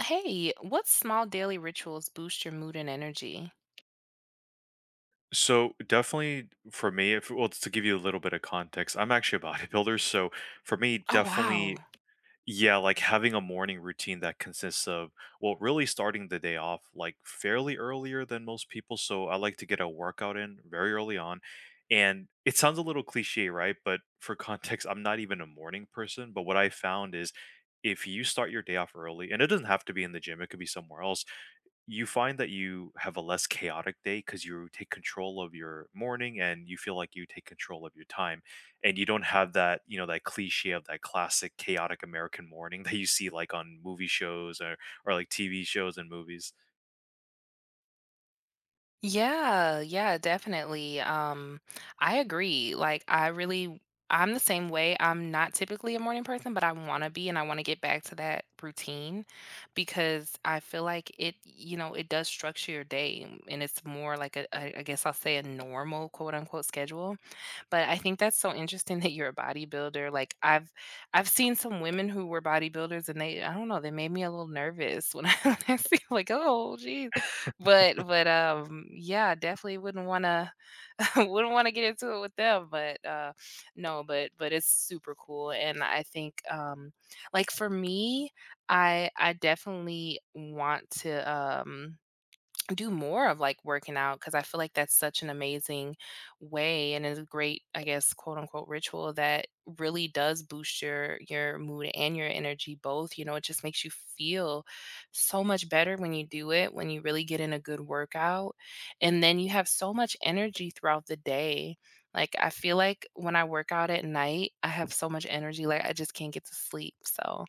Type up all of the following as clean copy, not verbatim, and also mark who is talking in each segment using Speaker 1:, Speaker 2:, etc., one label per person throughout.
Speaker 1: Hey, what small daily rituals boost your mood and energy?
Speaker 2: So definitely for me, if well, to give you a little bit of context, I'm actually a bodybuilder. So for me,
Speaker 1: Oh, wow.
Speaker 2: definitely, yeah, like having a morning routine that consists of, well, really starting the day off like fairly earlier than most people. So I like to get a workout in very early on. And it sounds a little cliche, right? But for context, I'm not even a morning person. But what I found is if you start your day off early, and it doesn't have to be in the gym, it could be somewhere else, you find that you have a less chaotic day because you take control of your morning and you feel like you take control of your time, and you don't have that, that cliche of that classic chaotic American morning that you see like on movie shows or like TV shows and movies.
Speaker 1: Yeah, yeah, definitely. I agree. Like, I'm the same way. I'm not typically a morning person, but I want to be, and I want to get back to that routine because I feel like it does structure your day, and it's more like a, I guess I'll say a normal quote unquote schedule. But I think that's so interesting that you're a bodybuilder. Like, I've seen some women who were bodybuilders, and they, I don't know, they made me a little nervous when I, when I see like, oh, geez. But yeah, definitely wouldn't wanna wouldn't wanna get into it with them, no, but it's super cool, and I think, like, for me, I definitely want to, do more of like working out because I feel like that's such an amazing way and is a great, I guess, quote unquote ritual that really does boost your mood and your energy both. You know, it just makes you feel so much better when you do it, when you really get in a good workout. And then you have so much energy throughout the day. Like I feel like when I work out at night, I have so much energy, like I just can't get to sleep. So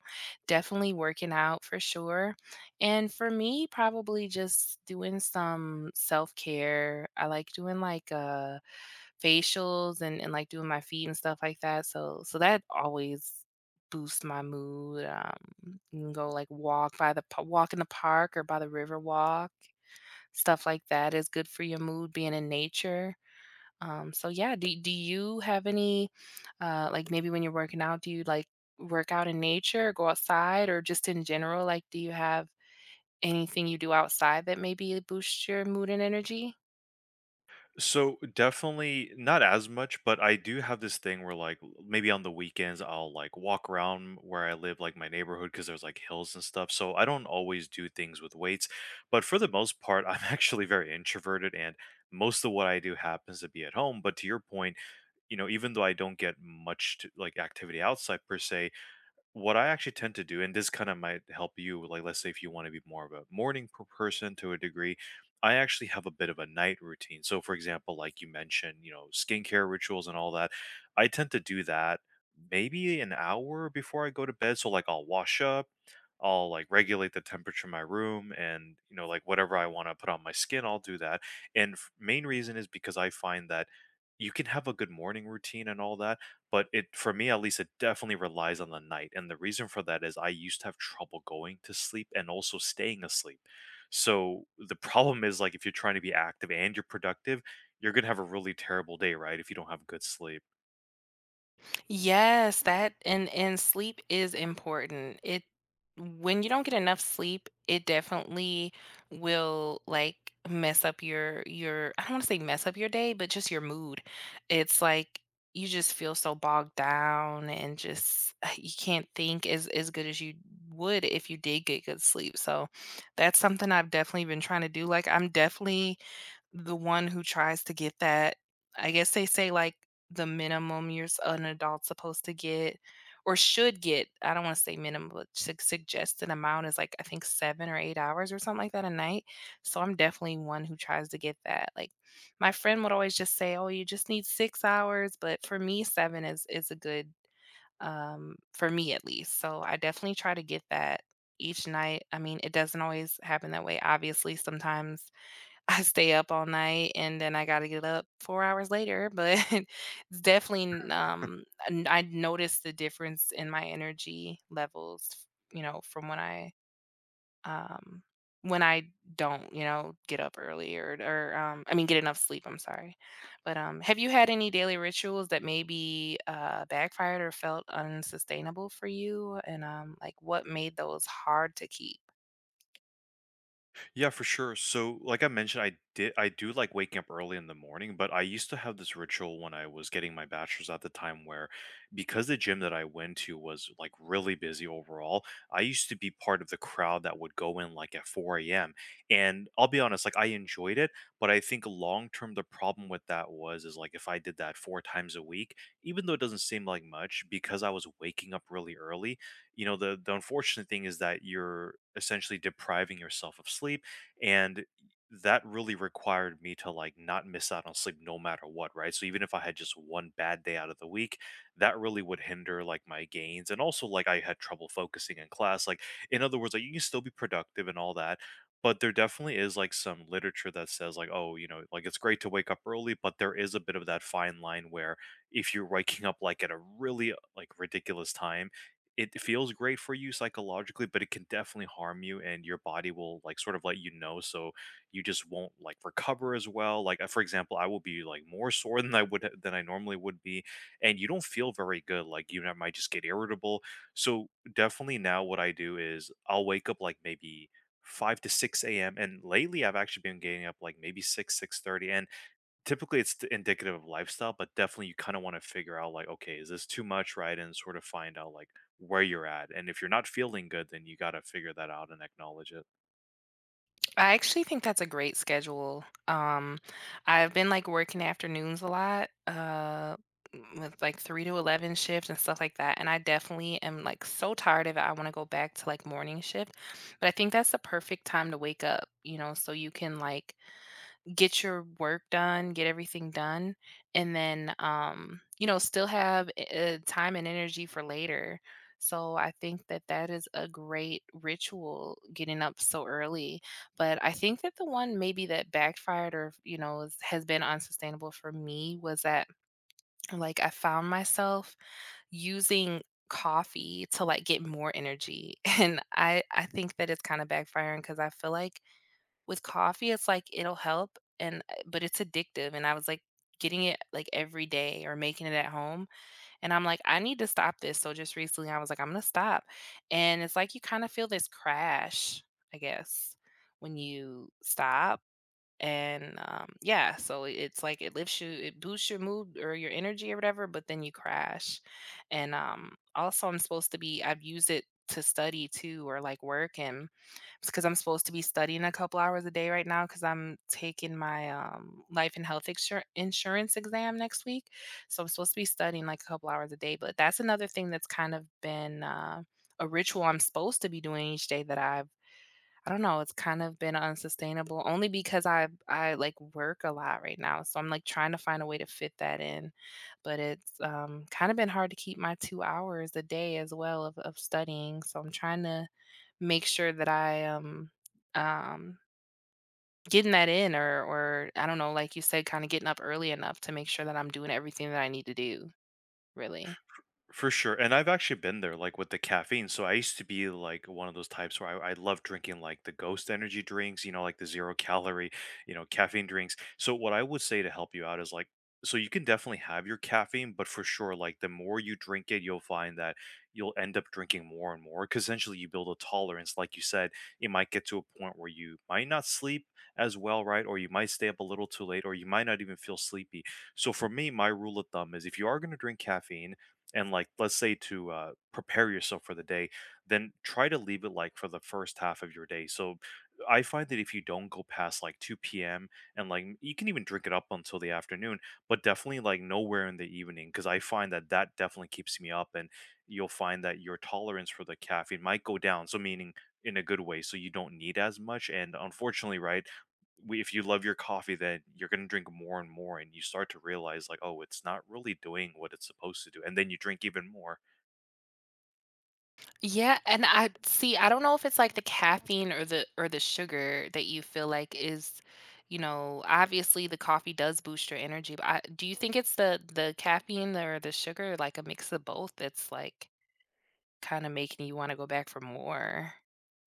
Speaker 1: definitely working out for sure. And for me, probably just doing some self-care. I like doing, like, facials and like, doing my feet and stuff like that, so that always boosts my mood, you can go, like, walk by the pa walk in the park or by the river walk. Stuff like that is good for your mood, being in nature. So yeah, do you have any, like, maybe when you're working out, do you, like, work out in nature or go outside or just in general, like, do you have anything you do outside that maybe boosts your mood and energy?
Speaker 2: So definitely not as much, but I do have this thing where like maybe on the weekends I'll like walk around where I live, like my neighborhood, because there's like hills and stuff. So I don't always do things with weights, but for the most part, I'm actually very introverted, and most of what I do happens to be at home. But to your point, you know, even though I don't get much to, like, activity outside per se, what I actually tend to do, and this kind of might help you, like, let's say if you want to be more of a morning person to a degree, I actually have a bit of a night routine. So, for example, like you mentioned, you know, skincare rituals and all that, I tend to do that maybe an hour before I go to bed. So, like, I'll wash up, I'll like regulate the temperature in my room, and, you know, like whatever I want to put on my skin, I'll do that. And main reason is because I find that you can have a good morning routine and all that, but it, for me, at least, it definitely relies on the night, and the reason for that is I used to have trouble going to sleep and also staying asleep. So, the problem is, like, if you're trying to be active and you're productive, you're gonna have a really terrible day, right, if you don't have good sleep.
Speaker 1: Yes, that and sleep is important. It When you don't get enough sleep, it definitely will like mess up your I don't want to say mess up your day, but just your mood. It's like you just feel so bogged down and just you can't think as good as you would if you did get good sleep. So that's something I've definitely been trying to do. Like I'm definitely the one who tries to get that. I guess they say, like, the minimum you're s an adult supposed to get or should get, I don't wanna say minimum, but su suggested amount is, like, I think 7 or 8 hours or something like that a night, so I'm definitely one who tries to get that, like, my friend would always just say, "Oh, you just need 6 hours," but for me, 7 is a good, for me at least, so I definitely try to get that each night. I mean, it doesn't always happen that way, obviously, sometimes I stay up all night and then I gotta get up 4 hours later, but it's definitely n n I noticed the difference in my energy levels, from um when I don't, get up early or I mean, get enough sleep, I'm sorry. But, have you had any daily rituals that maybe, backfired or felt unsustainable for you? And, like, what made those hard to keep?
Speaker 2: Yeah, for sure. So, like I mentioned, I do like waking up early in the morning, but I used to have this ritual when I was getting my bachelor's at the time, where because the gym that I went to was like really busy overall, I used to be part of the crowd that would go in like at 4 a.m. And I'll be honest, like, I enjoyed it, but I think long term the problem with that was, is like if I did that 4 times a week, even though it doesn't seem like much, because I was waking up really early, you know, the unfortunate thing is that you're essentially depriving yourself of sleep, and that really required me to like not miss out on sleep no matter what, right? So even if I had just one bad day out of the week, that really would hinder like my gains, and also like I had trouble focusing in class. Like, in other words, like, you can still be productive and all that, but there definitely is like some literature that says like, oh, you know, like it's great to wake up early, but there is a bit of that fine line where if you're waking up like at a really like ridiculous time, it feels great for you psychologically, but it can definitely harm you, and your body will like sort of let you know. So you just won't like recover as well. Like, for example, I will be like more sore than I normally would be. And you don't feel very good. Like, you know, I might just get irritable. So definitely now what I do is I'll wake up like maybe 5 to 6 a.m. And lately I've actually been getting up like maybe 6, 6:30, and typically, it's t indicative of lifestyle, but definitely you kinda wanna figure out, like, "Okay, is this too much?" Right? And sort of find out, like, where you're at, and if you're not feeling good, then you gotta figure that out and acknowledge it.
Speaker 1: I actually think that's a great schedule. I've been like working afternoons a lot, with like three to 11 shifts and stuff like that. And I definitely am like so tired of it. I want to go back to like morning shift, but I think that's the perfect time to wake up, so you can like get your work done, get everything done, and then, still have, time and energy for later. So I think that that is a great ritual, getting up so early. But I think that the one maybe that backfired or, you know, is has been unsustainable for me was that, like, I found myself using coffee to, like, get more energy, and I think that it's kinda backfiring because I feel like with coffee, it's like it'll help and but it's addictive, and I was, like, getting it, like, every day or making it at home, and I'm like, "I need to stop this." So just recently, I was like, "I'm gonna stop," and it's like you kinda feel this crash, I guess, when you stop, and, yeah, so it's like it boosts your mood or your energy or whatever, but then you crash, and, also, I've used it to study too or, like, work, and because I'm supposed to be studying a couple hours a day right now because I'm taking my life and health insurance exam next week. So I'm supposed to be studying like a couple hours a day. But that's another thing that's kind of been a ritual I'm supposed to be doing each day that I don't know, it's kind of been unsustainable only because I, like, work a lot right now, so I'm, like, trying to find a way to fit that in, but it's, kinda been hard to keep my 2 hours a day as well of studying, so I'm trying to make sure that I am, um, getting that in or I don't know, like you said, kinda getting up early enough to make sure that I'm doing everything that I need to do, really.
Speaker 2: For sure. And I've actually been there, like with the caffeine. So I used to be like one of those types where I love drinking like the Ghost energy drinks, you know, like the zero calorie, you know, caffeine drinks. So what I would say to help you out is like, so you can definitely have your caffeine, but for sure, like the more you drink it, you'll find that you'll end up drinking more and more because essentially you build a tolerance. Like you said, it might get to a point where you might not sleep as well, right? Or you might stay up a little too late, or you might not even feel sleepy. So for me, my rule of thumb is if you are going to drink caffeine, and like, let's say to prepare yourself for the day, then try to leave it like for the first half of your day. So I find that if you don't go past like 2 p.m., and like you can even drink it up until the afternoon, but definitely like nowhere in the evening because I find that that definitely keeps me up, and you'll find that your tolerance for the caffeine might go down, so meaning in a good way, so you don't need as much. And unfortunately, right, if you love your coffee, then you're going to drink more and more, and you start to realize, like, oh, it's not really doing what it's supposed to do. And then you drink even more.
Speaker 1: Yeah, and I see, I don't know if it's like the caffeine or the sugar that you feel like is, obviously the coffee does boost your energy, but do you think it's the caffeine or the sugar, like a mix of both that's like kind of making you want to go back for more?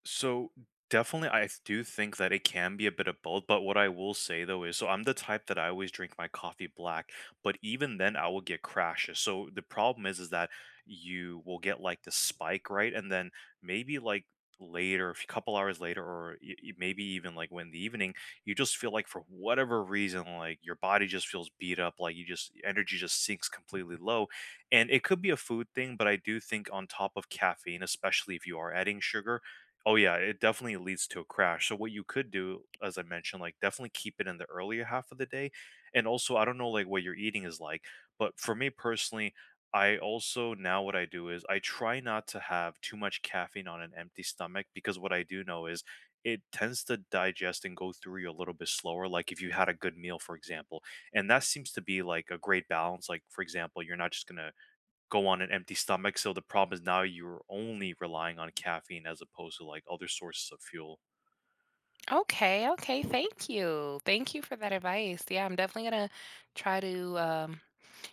Speaker 2: So definitely, I do think that it can be a bit of both. But what I will say though is, so I'm the type that I always drink my coffee black. But even then, I will get crashes. So the problem is that you will get like the spike, right? And then maybe like later, a couple hours later, or maybe even like when the evening, you just feel like for whatever reason, like your body just feels beat up. Like you just, energy just sinks completely low. And it could be a food thing, but I do think on top of caffeine, especially if you are adding sugar, oh yeah, it definitely leads to a crash. So what you could do, as I mentioned, like, definitely keep it in the earlier half of the day. And also, I don't know like what your eating is like, but for me personally, I also, now what I do is I try not to have too much caffeine on an empty stomach, because what I do know is it tends to digest and go through you a little bit slower, like if you had a good meal, for example. And that seems to be like a great balance. Like, for example, you're not just going to go on an empty stomach. So the problem is now you're only relying on caffeine as opposed to like other sources of fuel.
Speaker 1: Okay, okay, thank you. Thank you for that advice. Yeah, I'm definitely gonna try to um,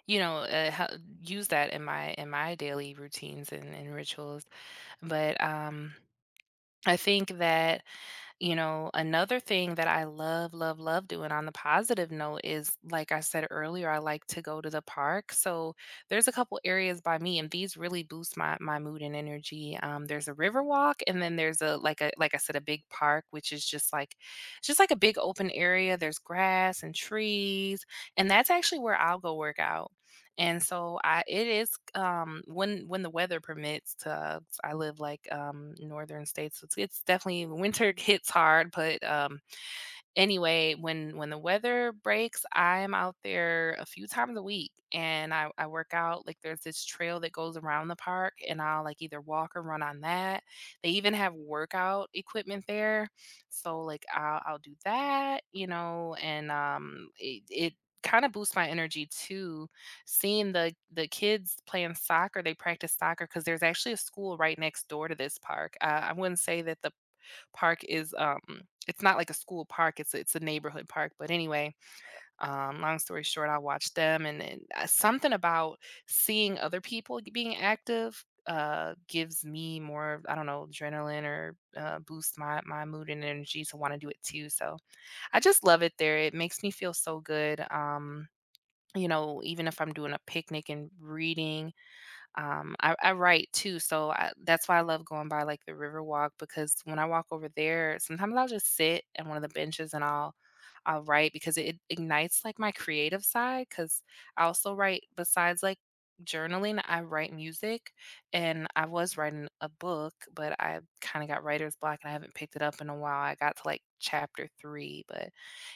Speaker 1: you know, uh, hel- use that in my daily routines and rituals. But, I think that You know, another thing that I love, love, love doing on the positive note is, like I said earlier, I like to go to the park. So there's a couple areas by me, and these really boost my mood and energy. There's a river walk, and then there's a like I said, a big park, which is just like a big open area. There's grass and trees, and that's actually where I'll go work out. And so I it is when the weather permits to I live like northern states. So it's definitely winter hits hard, but anyway, when the weather breaks, I'm out there a few times a week and I work out. Like there's this trail that goes around the park and I'll like either walk or run on that. They even have workout equipment there. So like I'll do that, and it kind of boosts my energy too, seeing the kids playing soccer. They practice soccer because there's actually a school right next door to this park. I wouldn't say that the park is, um it's not like a school park, it's a neighborhood park, but anyway, long story short, I watched them and something about seeing other people being active, gives me more, I don't know, adrenaline or, boosts my mood and energy to wanna do it too, so I just love it there, it makes me feel so good, even if I'm doing a picnic and reading, I write too, so that's why I love going by like the river walk because when I walk over there, sometimes I'll just sit on one of the benches and I'll write because it ignites like my creative side because I also write besides like journaling, I write music and I was writing a book, but I kind of got writer's block and I haven't picked it up in a while. I got to like chapter three, but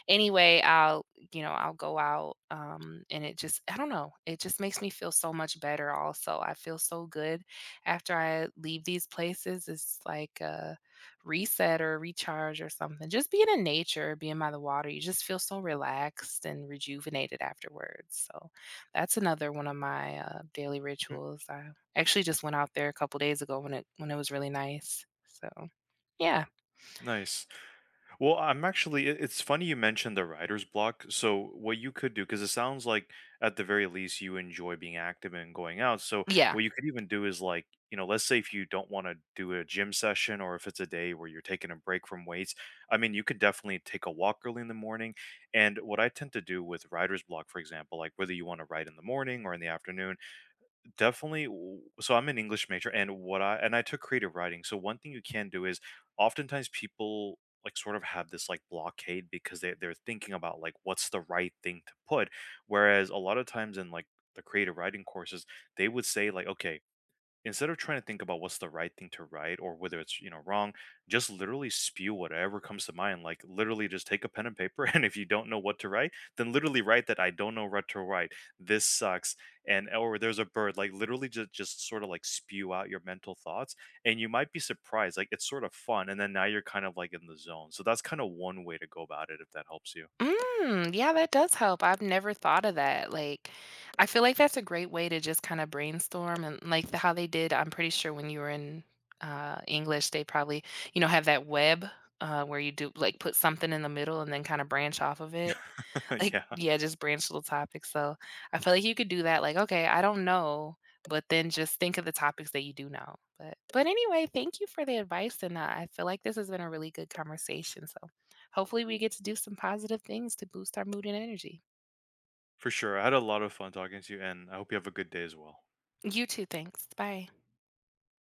Speaker 1: anyway, I'll go out, and it just I don't know, it just makes me feel so much better also. I feel so good after I leave these places. It's like a reset or recharge or something. Just being in nature, being by the water, you just feel so relaxed and rejuvenated afterwards. So that's another one of my daily
Speaker 2: Mhm.
Speaker 1: rituals. I actually just went out there a couple days ago when it was really nice. So yeah.
Speaker 2: Nice. Well, I'm actually, it's funny you mentioned the writer's block. So, what you could do, because it sounds like at the very least you enjoy being active and going out. So,
Speaker 1: Yeah.
Speaker 2: what you could even do is like, you know, let's say if you don't want to do a gym session, or if it's a day where you're taking a break from weights, I mean, you could definitely take a walk early in the morning. And what I tend to do with writer's block, for example, like, whether you want to write in the morning or in the afternoon, definitely so I'm an English major, and what I and I took creative writing. So one thing you can do is, oftentimes people like sort of have this like blockade because they're thinking about like what's the right thing to put, whereas a lot of times in like the creative writing courses, they would say like, okay, instead of trying to think about what's the right thing to write, or whether it's, you know, wrong, just literally spew whatever comes to mind. Like, literally just take a pen and paper, and if you don't know what to write, then literally write that, "I don't know what to write, this sucks," and or, "There's a bird." Like, literally just, sort of like spew out your mental thoughts, and you might be surprised. Like, it's sort of fun, and then now you're kind of like in the zone. So that's kind of one way to go about it, if that helps you.
Speaker 1: Mm, yeah, that does help. I've never thought of that. Like, I feel like that's a great way to just kind of brainstorm and like how they did. I'm pretty sure when you were in English, they probably, have that web, where you do like put something in the middle and then kind of branch off of it. Like,
Speaker 2: Yeah,
Speaker 1: yeah, just branch little topics, so I feel like you could do that, like, "Okay, I don't know," but then just think of the topics that you do know, but anyway, thank you for the advice, and, I feel like this has been a really good conversation, so hopefully we get to do some positive things to boost our mood and energy.
Speaker 2: for sure, I had a lot of fun talking to you, and I hope you have a good day as well.
Speaker 1: You too, thanks, bye.